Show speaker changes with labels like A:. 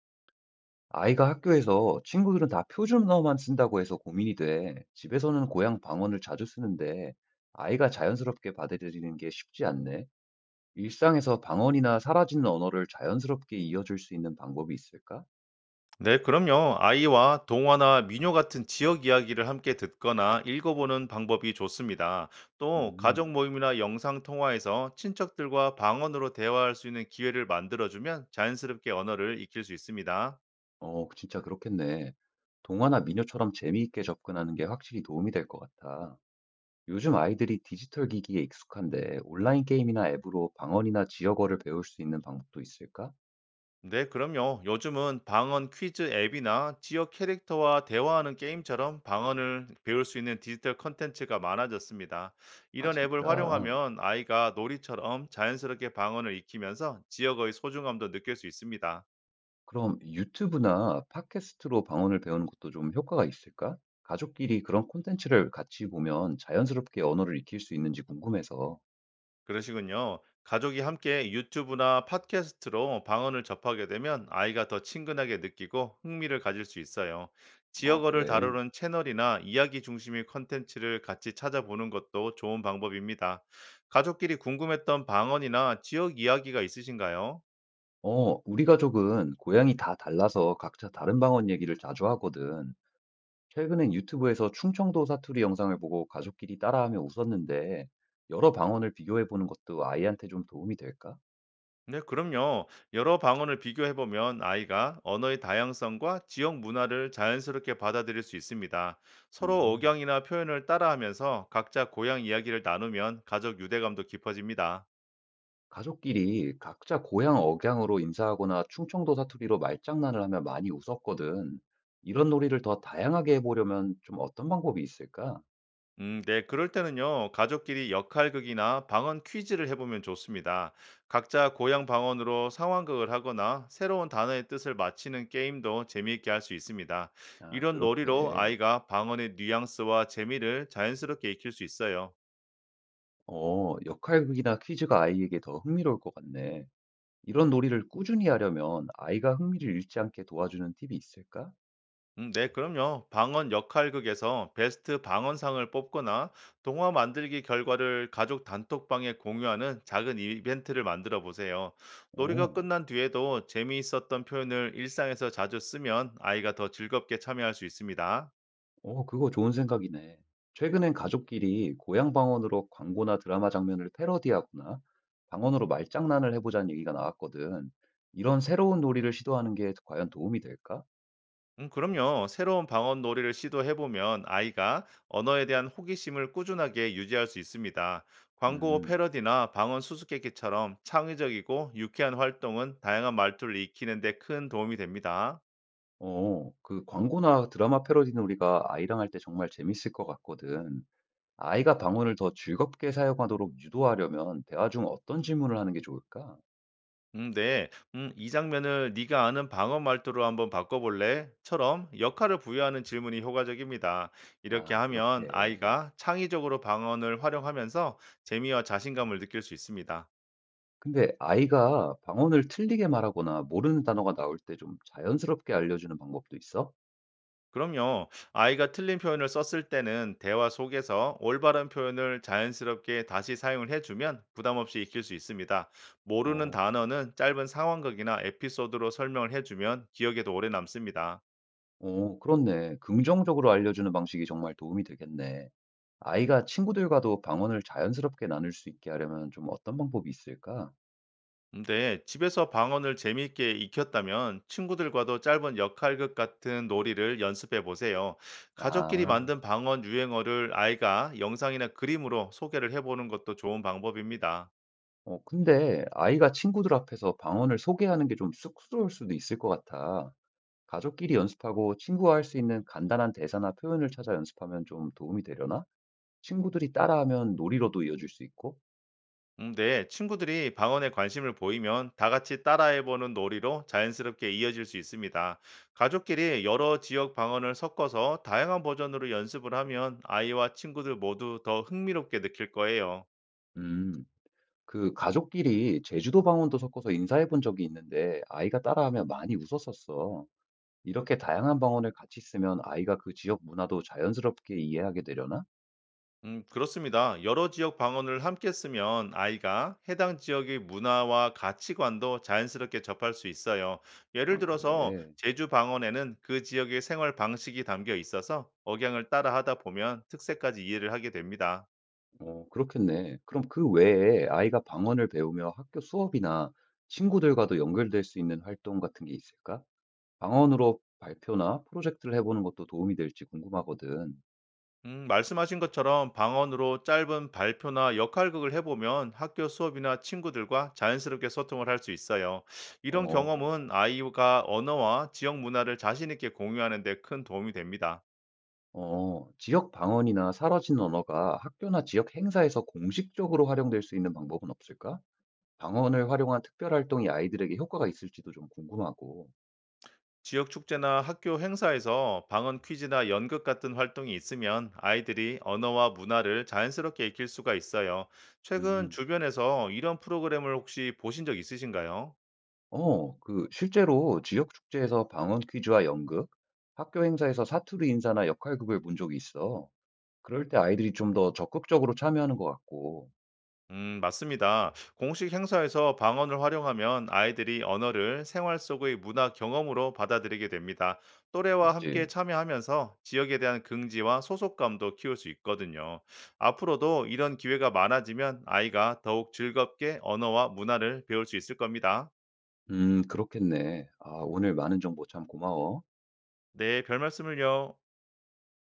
A: 아이가 학교에서 친구들은 다 표준어만 쓴다고 해서 고민이 돼. 집에서는 고향 방언을 자주 쓰는데 아이가 자연스럽게 받아들이는 게 쉽지 않네. 일상에서 방언이나 사라지는 언어를 자연스럽게 이어줄 수 있는 방법이 있을까?
B: 네, 그럼요. 아이와 동화나 민요 같은 지역 이야기를 함께 듣거나 읽어보는 방법이 좋습니다. 또 가족
A: 음,
B: 모임이나 영상 통화에서 친척들과 방언으로 대화할 수 있는 기회를 만들어주면 자연스럽게 언어를 익힐 수 있습니다.
A: 진짜 그렇겠네. 동화나 미녀처럼 재미있게 접근하는 게 확실히 도움이 될 것 같아. 요즘 아이들이 디지털 기기에 익숙한데 온라인 게임이나 앱으로 방언이나 지역어를 배울 수 있는 방법도 있을까?
B: 네, 그럼요. 요즘은 방언 퀴즈 앱이나 지역 캐릭터와 대화하는 게임처럼 방언을 배울 수 있는 디지털 컨텐츠가 많아졌습니다.
A: 아,
B: 이런 앱을
A: 진짜.
B: 활용하면 아이가 놀이처럼 자연스럽게 방언을 익히면서 지역의 소중함도 느낄 수 있습니다.
A: 그럼 유튜브나 팟캐스트로 방언을 배우는 것도 좀 효과가 있을까? 가족끼리 그런 콘텐츠를 같이 보면 자연스럽게 언어를 익힐 수 있는지 궁금해서.
B: 그러시군요. 가족이 함께 유튜브나 팟캐스트로 방언을 접하게 되면 아이가 더 친근하게 느끼고 흥미를 가질 수 있어요.
A: 어,
B: 지역어를
A: 그래.
B: 다루는 채널이나 이야기 중심의 컨텐츠를 같이 찾아보는 것도 좋은 방법입니다. 가족끼리 궁금했던 방언이나 지역 이야기가 있으신가요?
A: 우리 가족은 고향이 다 달라서 각자 다른 방언 얘기를 자주 하거든. 최근엔 유튜브에서 충청도 사투리 영상을 보고 가족끼리 따라하며 웃었는데, 여러 방언을 비교해 보는 것도 아이한테 좀 도움이 될까?
B: 네, 그럼요. 여러 방언을 비교해보면 아이가 언어의 다양성과 지역 문화를 자연스럽게 받아들일 수 있습니다. 서로
A: 음.
B: 억양이나 표현을 따라하면서 각자 고향 이야기를 나누면 가족 유대감도 깊어집니다.
A: 가족끼리 각자 고향 억양으로 인사하거나 충청도 사투리로 말장난을 하면 많이 웃었거든. 이런 놀이를 더 다양하게 해보려면 좀 어떤 방법이 있을까?
B: 네, 그럴 때는요, 가족끼리 역할극이나 방언 퀴즈를 해보면 좋습니다. 각자 고향 방언으로 상황극을 하거나 새로운 단어의 뜻을 맞히는 게임도 재미있게 할 수 있습니다.
A: 아,
B: 이런 놀이로
A: 그렇게.
B: 아이가 방언의 뉘앙스와 재미를 자연스럽게 익힐 수 있어요.
A: 역할극이나 퀴즈가 아이에게 더 흥미로울 것 같네. 이런 놀이를 꾸준히 하려면 아이가 흥미를 잃지 않게 도와주는 팁이 있을까?
B: 네, 그럼요. 방언 역할극에서 베스트 방언상을 뽑거나 동화 만들기 결과를 가족 단톡방에 공유하는 작은 이벤트를 만들어 보세요. 놀이가
A: 오.
B: 끝난 뒤에도 재미있었던 표현을 일상에서 자주 쓰면 아이가 더 즐겁게 참여할 수 있습니다.
A: 어 그거 좋은 생각이네. 최근엔 가족끼리 고향 방언으로 광고나 드라마 장면을 패러디하거나 방언으로 말장난을 해보자는 얘기가 나왔거든. 이런 새로운 놀이를 시도하는 게 과연 도움이 될까?
B: 그럼요. 새로운 방언 놀이를 시도해보면 아이가 언어에 대한 호기심을 꾸준하게 유지할 수 있습니다. 광고
A: 음,
B: 패러디나 방언 수수께끼처럼 창의적이고 유쾌한 활동은 다양한 말투를 익히는 데 큰 도움이 됩니다.
A: 그 광고나 드라마 패러디 놀이가 아이랑 할 때 정말 재밌을 것 같거든. 아이가 방언을 더 즐겁게 사용하도록 유도하려면 대화 중 어떤 질문을 하는 게 좋을까?
B: 네. 이 장면을 네가 아는 방언 말투로 한번 바꿔볼래? 처럼 역할을 부여하는 질문이 효과적입니다. 이렇게
A: 아,
B: 하면
A: 그렇게.
B: 아이가 창의적으로 방언을 활용하면서 재미와 자신감을 느낄 수 있습니다.
A: 근데 아이가 방언을 틀리게 말하거나 모르는 단어가 나올 때 좀 자연스럽게 알려주는 방법도 있어?
B: 그럼요. 아이가 틀린 표현을 썼을 때는 대화 속에서 올바른 표현을 자연스럽게 다시 사용을 해주면 부담 없이 익힐 수 있습니다. 모르는
A: 어,
B: 단어는 짧은 상황극이나 에피소드로 설명을 해주면 기억에도 오래 남습니다.
A: 그렇네. 긍정적으로 알려주는 방식이 정말 도움이 되겠네. 아이가 친구들과도 방언을 자연스럽게 나눌 수 있게 하려면 좀 어떤 방법이 있을까?
B: 근데 집에서 방언을 재미있게 익혔다면 친구들과도 짧은 역할극 같은 놀이를 연습해 보세요. 가족끼리
A: 아,
B: 만든 방언 유행어를 아이가 영상이나 그림으로 소개를 해보는 것도 좋은 방법입니다.
A: 근데 아이가 친구들 앞에서 방언을 소개하는 게 좀 쑥스러울 수도 있을 것 같아. 가족끼리 연습하고 친구와 할 수 있는 간단한 대사나 표현을 찾아 연습하면 좀 도움이 되려나? 친구들이 따라하면 놀이로도 이어질 수 있고?
B: 네, 친구들이 방언에 관심을 보이면 다 같이 따라해보는 놀이로 자연스럽게 이어질 수 있습니다. 가족끼리 여러 지역 방언을 섞어서 다양한 버전으로 연습을 하면 아이와 친구들 모두 더 흥미롭게 느낄 거예요.
A: 음, 그 가족끼리 제주도 방언도 섞어서 인사해 본 적이 있는데 아이가 따라하며 많이 웃었었어. 이렇게 다양한 방언을 같이 쓰면 아이가 그 지역 문화도 자연스럽게 이해하게 되려나?
B: 그렇습니다. 여러 지역 방언을 함께 쓰면 아이가 해당 지역의 문화와 가치관도 자연스럽게 접할 수 있어요. 예를
A: 아,
B: 들어서
A: 그래.
B: 제주 방언에는 그 지역의 생활 방식이 담겨 있어서 억양을 따라 하다 보면 특색까지 이해를 하게 됩니다.
A: 그렇겠네. 그럼 그 외에 아이가 방언을 배우며 학교 수업이나 친구들과도 연결될 수 있는 활동 같은 게 있을까? 방언으로 발표나 프로젝트를 해보는 것도 도움이 될지 궁금하거든.
B: 말씀하신 것처럼 방언으로 짧은 발표나 역할극을 해보면 학교 수업이나 친구들과 자연스럽게 소통을 할 수 있어요. 이런
A: 어,
B: 경험은 아이가 언어와 지역 문화를 자신있게 공유하는 데 큰 도움이 됩니다.
A: 지역 방언이나 사라진 언어가 학교나 지역 행사에서 공식적으로 활용될 수 있는 방법은 없을까? 방언을 활용한 특별 활동이 아이들에게 효과가 있을지도 좀 궁금하고.
B: 지역 축제나 학교 행사에서 방언 퀴즈나 연극 같은 활동이 있으면 아이들이 언어와 문화를 자연스럽게 익힐 수가 있어요. 최근
A: 음,
B: 주변에서 이런 프로그램을 혹시 보신 적 있으신가요?
A: 그 실제로 지역 축제에서 방언 퀴즈와 연극, 학교 행사에서 사투리 인사나 역할극을 본 적이 있어. 그럴 때 아이들이 좀 더 적극적으로 참여하는 것 같고.
B: 맞습니다. 공식 행사에서 방언을 활용하면 아이들이 언어를 생활 속의 문화 경험으로 받아들이게 됩니다. 또래와 함께
A: 그치?
B: 참여하면서 지역에 대한 긍지와 소속감도 키울 수 있거든요. 앞으로도 이런 기회가 많아지면 아이가 더욱 즐겁게 언어와 문화를 배울 수 있을 겁니다.
A: 그렇겠네. 아, 오늘 많은 정보 참 고마워.
B: 네, 별 말씀을요.